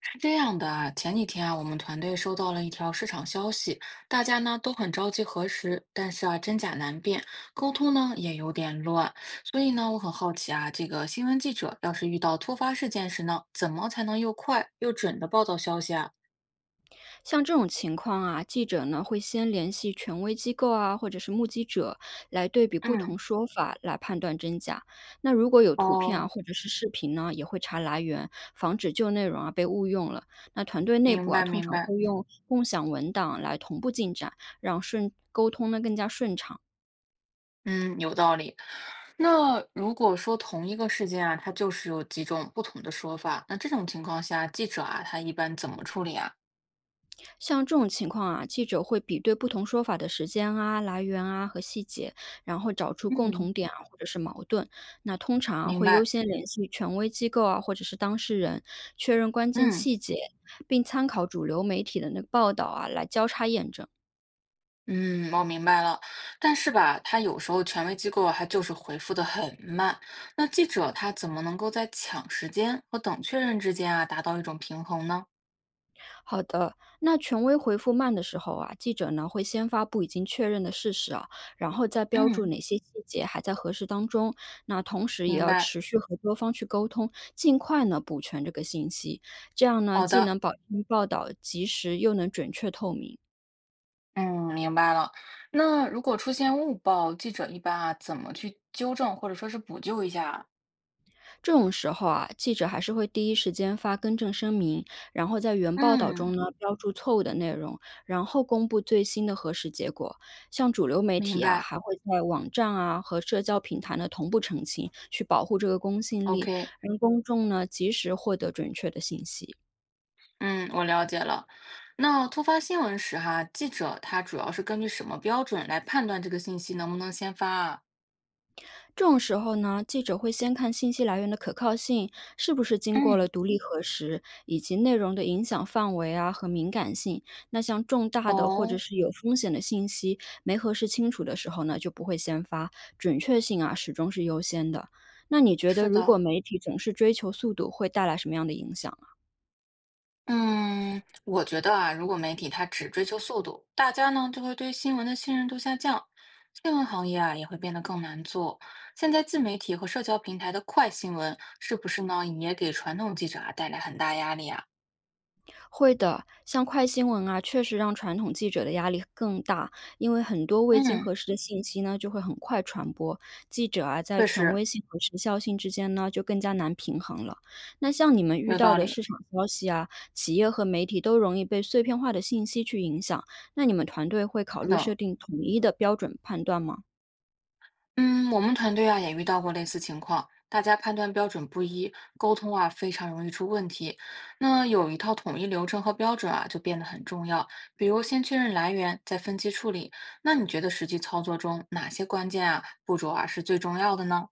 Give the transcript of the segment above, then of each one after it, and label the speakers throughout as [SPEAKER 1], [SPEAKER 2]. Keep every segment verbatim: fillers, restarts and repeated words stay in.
[SPEAKER 1] 是这样的啊，前几天啊，我们团队收到了一条市场消息，大家呢都很着急核实，但是啊，真假难辨，沟通呢也有点乱，所以呢，我很好奇啊，这个新闻记者要是遇到突发事件时呢，怎么才能又快又准的报道消息啊？
[SPEAKER 2] 像这种情况啊，记者呢会先联系权威机构啊，或者是目击者来对比不
[SPEAKER 1] 嗯，
[SPEAKER 2] 同说法来判断真假。那如果有图片啊
[SPEAKER 1] 哦，
[SPEAKER 2] 或者是视频呢，也会查来源，防止旧内容啊被误用了。那团队内部
[SPEAKER 1] 明
[SPEAKER 2] 啊，
[SPEAKER 1] 白
[SPEAKER 2] 通
[SPEAKER 1] 明
[SPEAKER 2] 常
[SPEAKER 1] 白，
[SPEAKER 2] 会用共享文档来同步进展，让顺沟通呢更加顺畅。
[SPEAKER 1] 嗯，有道理。那如果说同一个事件啊，它就是有几种不同的说法，那这种情况下，记者啊，他一般怎么处理啊？
[SPEAKER 2] 像这种情况啊，记者会比对不同说法的时间啊、来源啊和细节，然后找出共
[SPEAKER 1] 嗯，
[SPEAKER 2] 同点啊或者是矛盾。那通常啊
[SPEAKER 1] 明
[SPEAKER 2] 会优
[SPEAKER 1] 白，
[SPEAKER 2] 先联系权威机构啊或者是当事人，确认关键
[SPEAKER 1] 嗯。
[SPEAKER 2] 细节，并参考主流媒体的那个报道啊来交叉验证。
[SPEAKER 1] 嗯，我明白了，但是吧，他有时候权威机构还就是回复的很慢，那记者他怎么能够在抢时间和等确认之间啊达到一种平衡呢？
[SPEAKER 2] 好的，那权威回复慢的时候啊，记者呢会先发布已经确认的事实啊，然后再标注
[SPEAKER 1] 嗯，
[SPEAKER 2] 哪些细节还在核实当中。那同时也
[SPEAKER 1] 明
[SPEAKER 2] 要
[SPEAKER 1] 白，
[SPEAKER 2] 持续和多方去沟通，尽快呢补全这个信息，这样呢
[SPEAKER 1] 好
[SPEAKER 2] 既
[SPEAKER 1] 的，
[SPEAKER 2] 能保证报道及时，又能准确透明。
[SPEAKER 1] 嗯，明白了。那如果出现误报，记者一般啊怎么去纠正或者说是补救一下啊。
[SPEAKER 2] 这种时候啊，记者还是会第一时间发更正声明，然后在原报道中
[SPEAKER 1] 嗯，
[SPEAKER 2] 呢标注错误的内容，然后公布最新的核实结果。像主流媒
[SPEAKER 1] 明
[SPEAKER 2] 体啊，
[SPEAKER 1] 白
[SPEAKER 2] 还会在网站啊和社交平台呢同步澄清，去保护这个公信力，
[SPEAKER 1] ，OK，
[SPEAKER 2] 让公众呢及时获得准确的信息。
[SPEAKER 1] 嗯，我了解了。那突发新闻时哈，记者他主要是根据什么标准来判断这个信息能不能先发啊？
[SPEAKER 2] 这种时候呢，记者会先看信息来源的可靠性，是不是经过了
[SPEAKER 1] 嗯。
[SPEAKER 2] 独立核实，以及内容的影响范围啊和敏感性。那像重大的或者
[SPEAKER 1] 哦，
[SPEAKER 2] 是有风险的信息没核实清楚的时候呢，就不会先发，准确性啊始终是优先的。那你觉得，
[SPEAKER 1] 是
[SPEAKER 2] 如果
[SPEAKER 1] 的，
[SPEAKER 2] 媒体总是追求速度，会带来什么样的影响？
[SPEAKER 1] 嗯，我觉得啊，如果媒体它只追求速度，大家呢就会对新闻的信任度下降，新闻行业啊也会变得更难做。现在自媒体和社交平台的快新闻，是不是呢也给传统记者啊带来很大压力啊？
[SPEAKER 2] 会的，像快新闻啊，确实让传统记者的压力更大，因为很多未经
[SPEAKER 1] 嗯，
[SPEAKER 2] 核实的信息呢，就会很快传播。记者啊，在
[SPEAKER 1] 确
[SPEAKER 2] 权
[SPEAKER 1] 实
[SPEAKER 2] 威性和时效性之间呢，就更加难平衡了。那像你们遇
[SPEAKER 1] 有
[SPEAKER 2] 到
[SPEAKER 1] 道
[SPEAKER 2] 的
[SPEAKER 1] 理，
[SPEAKER 2] 市场消息啊，企业和媒体都容易被碎片化的信息去影响，那你们团队会考
[SPEAKER 1] 是
[SPEAKER 2] 虑设
[SPEAKER 1] 的。
[SPEAKER 2] 定统一的标准判断吗？
[SPEAKER 1] 嗯，我们团队啊也遇到过类似情况，大家判断标准不一，沟通啊非常容易出问题。那有一套统一流程和标准啊，就变得很重要。比如先确认来源，再分级处理。那你觉得实际操作中哪些关键啊步骤啊是最重要的呢？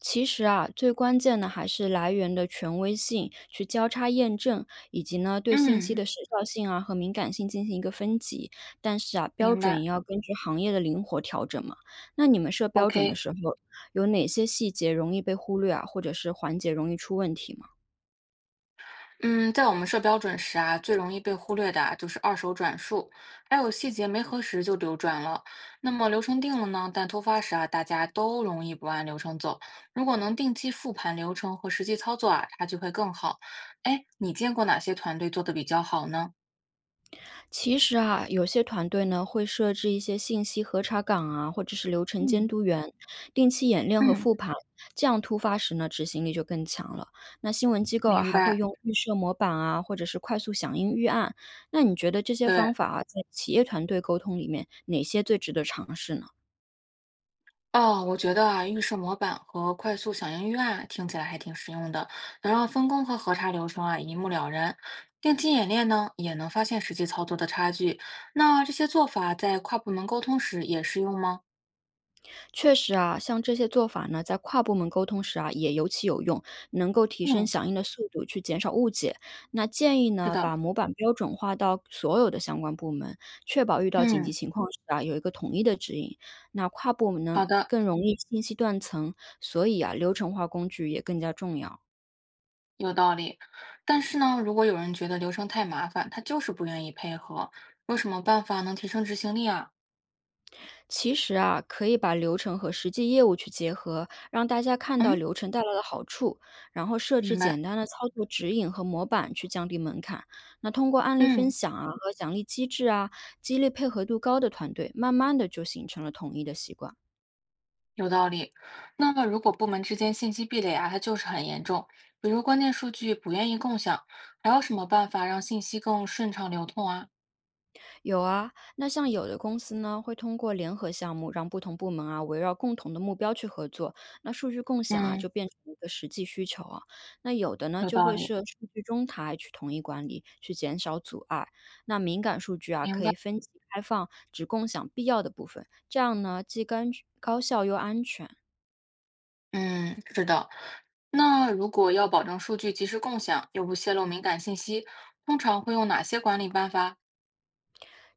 [SPEAKER 2] 其实啊，最关键的还是来源的权威性，去交叉验证，以及呢对信息
[SPEAKER 1] 嗯，
[SPEAKER 2] 的时效性啊和敏感性进行一个分级。但是啊，标
[SPEAKER 1] 明
[SPEAKER 2] 准
[SPEAKER 1] 白。
[SPEAKER 2] 也要根据行业的灵活调整嘛。那你们设标准的
[SPEAKER 1] OK。
[SPEAKER 2] 时候，有哪些细节容易被忽略啊，或者是环节容易出问题吗？
[SPEAKER 1] 嗯，在我们设标准时啊，最容易被忽略的啊，就是二手转述，还有细节没核实就流转了。那么流程定了呢，但突发时啊，大家都容易不按流程走。如果能定期复盘流程和实际操作啊，差距会更好。哎，你见过哪些团队做的比较好呢？
[SPEAKER 2] 其实啊，有些团队呢会设置一些信息核查岗啊，或者是流程监
[SPEAKER 1] 嗯，
[SPEAKER 2] 督员，定期演练和
[SPEAKER 1] 嗯，
[SPEAKER 2] 复盘，这样突发时呢执行力就更强了。那新闻机构啊
[SPEAKER 1] 明
[SPEAKER 2] 还会
[SPEAKER 1] 白。
[SPEAKER 2] 用预设模板啊，或者是快速响应预案。那你觉得这些
[SPEAKER 1] 对，
[SPEAKER 2] 方法啊，在企业团队沟通里面，哪些最值得尝试呢？
[SPEAKER 1] 哦，我觉得啊，预设模板和快速响应预案听起来还挺实用的，能让分工和核查流程啊一目了然。定期演练呢，也能发现实际操作的差距。那这些做法在跨部门沟通时也适用吗？
[SPEAKER 2] 确实啊，像这些做法呢，在跨部门沟通时啊，也尤其有用，能够提升
[SPEAKER 1] 嗯，
[SPEAKER 2] 响应的速度，去减少误解。那建议
[SPEAKER 1] 是
[SPEAKER 2] 呢，
[SPEAKER 1] 的，
[SPEAKER 2] 把模板标准化到所有的相关部门，确保遇到紧急
[SPEAKER 1] 嗯，
[SPEAKER 2] 情况时啊，有一个统一的指引。那跨部门呢，
[SPEAKER 1] 好的，
[SPEAKER 2] 更容易信息断层，所以啊，流程化工具也更加重要。
[SPEAKER 1] 有道理。但是呢，如果有人觉得流程太麻烦，他就是不愿意配合，有什么办法能提升执行力啊？
[SPEAKER 2] 其实啊，可以把流程和实际业务去结合，让大家看到
[SPEAKER 1] 嗯，
[SPEAKER 2] 流程带来的好处，然后设置
[SPEAKER 1] 明白。
[SPEAKER 2] 简单的操作指引和模板去降低门槛。那通过案例分
[SPEAKER 1] 嗯。
[SPEAKER 2] 享啊和奖励机制啊，激励配合度高的团队，慢慢的就形成了统一的习惯。
[SPEAKER 1] 有道理。那么，如果部门之间信息壁垒啊，它就是很严重，比如关键数据不愿意共享，还有什么办法让信息更顺畅流通啊？
[SPEAKER 2] 有啊，那像有的公司呢，会通过联合项目，让不同部门啊围绕共同的目标去合作。那数据共享啊，
[SPEAKER 1] 嗯，
[SPEAKER 2] 就变成一个实际需求啊。那有的呢，
[SPEAKER 1] 有
[SPEAKER 2] 就
[SPEAKER 1] 道
[SPEAKER 2] 会
[SPEAKER 1] 理，
[SPEAKER 2] 设数据中台去统一管理，去减少阻碍。那敏感数据啊，
[SPEAKER 1] 明
[SPEAKER 2] 可
[SPEAKER 1] 白。
[SPEAKER 2] 以分级开放，只共享必要的部分，这样呢，既干高效又安全。
[SPEAKER 1] 嗯，是的。那如果要保证数据及时共享，又不泄露敏感信息，通常会用哪些管理办法。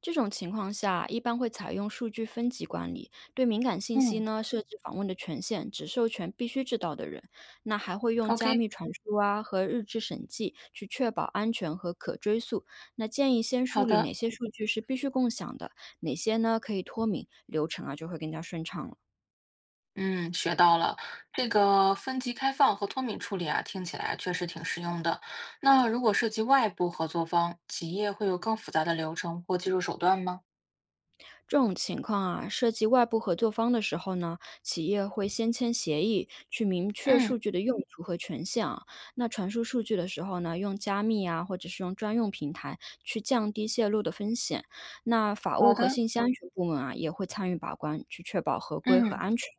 [SPEAKER 2] 这种情况下，一般会采用数据分级管理，对敏感信息
[SPEAKER 1] 嗯，
[SPEAKER 2] 呢设置访问的权限，只授权必须知道的人。那还会用加
[SPEAKER 1] ？OK，
[SPEAKER 2] 密传输啊和日志审计去确保安全和可追溯。那建议先
[SPEAKER 1] 好
[SPEAKER 2] 梳理
[SPEAKER 1] 的。
[SPEAKER 2] 哪些数据是必须共享的，哪些呢可以脱敏，流程啊就会更加顺畅了。
[SPEAKER 1] 嗯，学到了。这个分级开放和脱敏处理啊，听起来确实挺实用的。那如果涉及外部合作方，企业会有更复杂的流程或技术手段吗？
[SPEAKER 2] 这种情况啊，涉及外部合作方的时候呢，企业会先签协议，去明确
[SPEAKER 1] 嗯，
[SPEAKER 2] 数据的用途和权限啊。那传输数据的时候呢，用加密啊，或者是用专用平台去降低泄露的风险。那法务
[SPEAKER 1] 好
[SPEAKER 2] 和
[SPEAKER 1] 的，
[SPEAKER 2] 信息安全部门啊，也会参与把关，去确保合规和
[SPEAKER 1] 嗯，
[SPEAKER 2] 安全。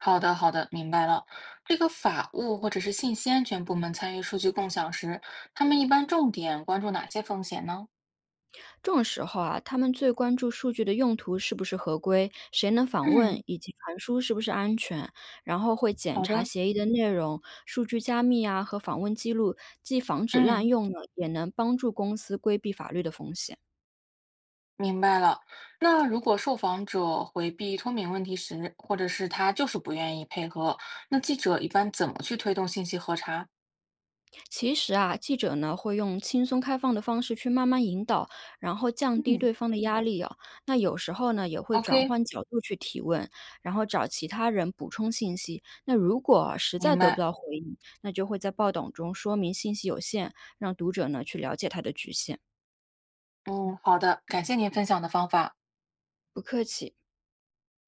[SPEAKER 1] 好的，好的，明白了。这个法务或者是信息安全部门参与数据共享时，他们一般重点关注哪些风险呢？
[SPEAKER 2] 这种时候啊，他们最关注数据的用途是不是合规，谁能访问，
[SPEAKER 1] 嗯，
[SPEAKER 2] 以及传输是不是安全，然后会检
[SPEAKER 1] 好
[SPEAKER 2] 查
[SPEAKER 1] 的，
[SPEAKER 2] 协议的内容、数据加密啊和访问记录，既防止滥
[SPEAKER 1] 嗯。
[SPEAKER 2] 用呢，也能帮助公司规避法律的风险。
[SPEAKER 1] 明白了。那如果受访者回避脱敏问题时，或者是他就是不愿意配合，那记者一般怎么去推动信息核查。
[SPEAKER 2] 其实啊，记者呢会用轻松开放的方式去慢慢引导，然后降低
[SPEAKER 1] 嗯，
[SPEAKER 2] 对方的压力啊。那有时候呢也会转
[SPEAKER 1] ？OK，
[SPEAKER 2] 换角度去提问，然后找其他人补充信息。那如果啊实在
[SPEAKER 1] 明
[SPEAKER 2] 得不
[SPEAKER 1] 白。
[SPEAKER 2] 到回应，那就会在报道中说明信息有限，让读者呢去了解它的局限。
[SPEAKER 1] 嗯，好的，感谢您分享的方法。
[SPEAKER 2] 不客气。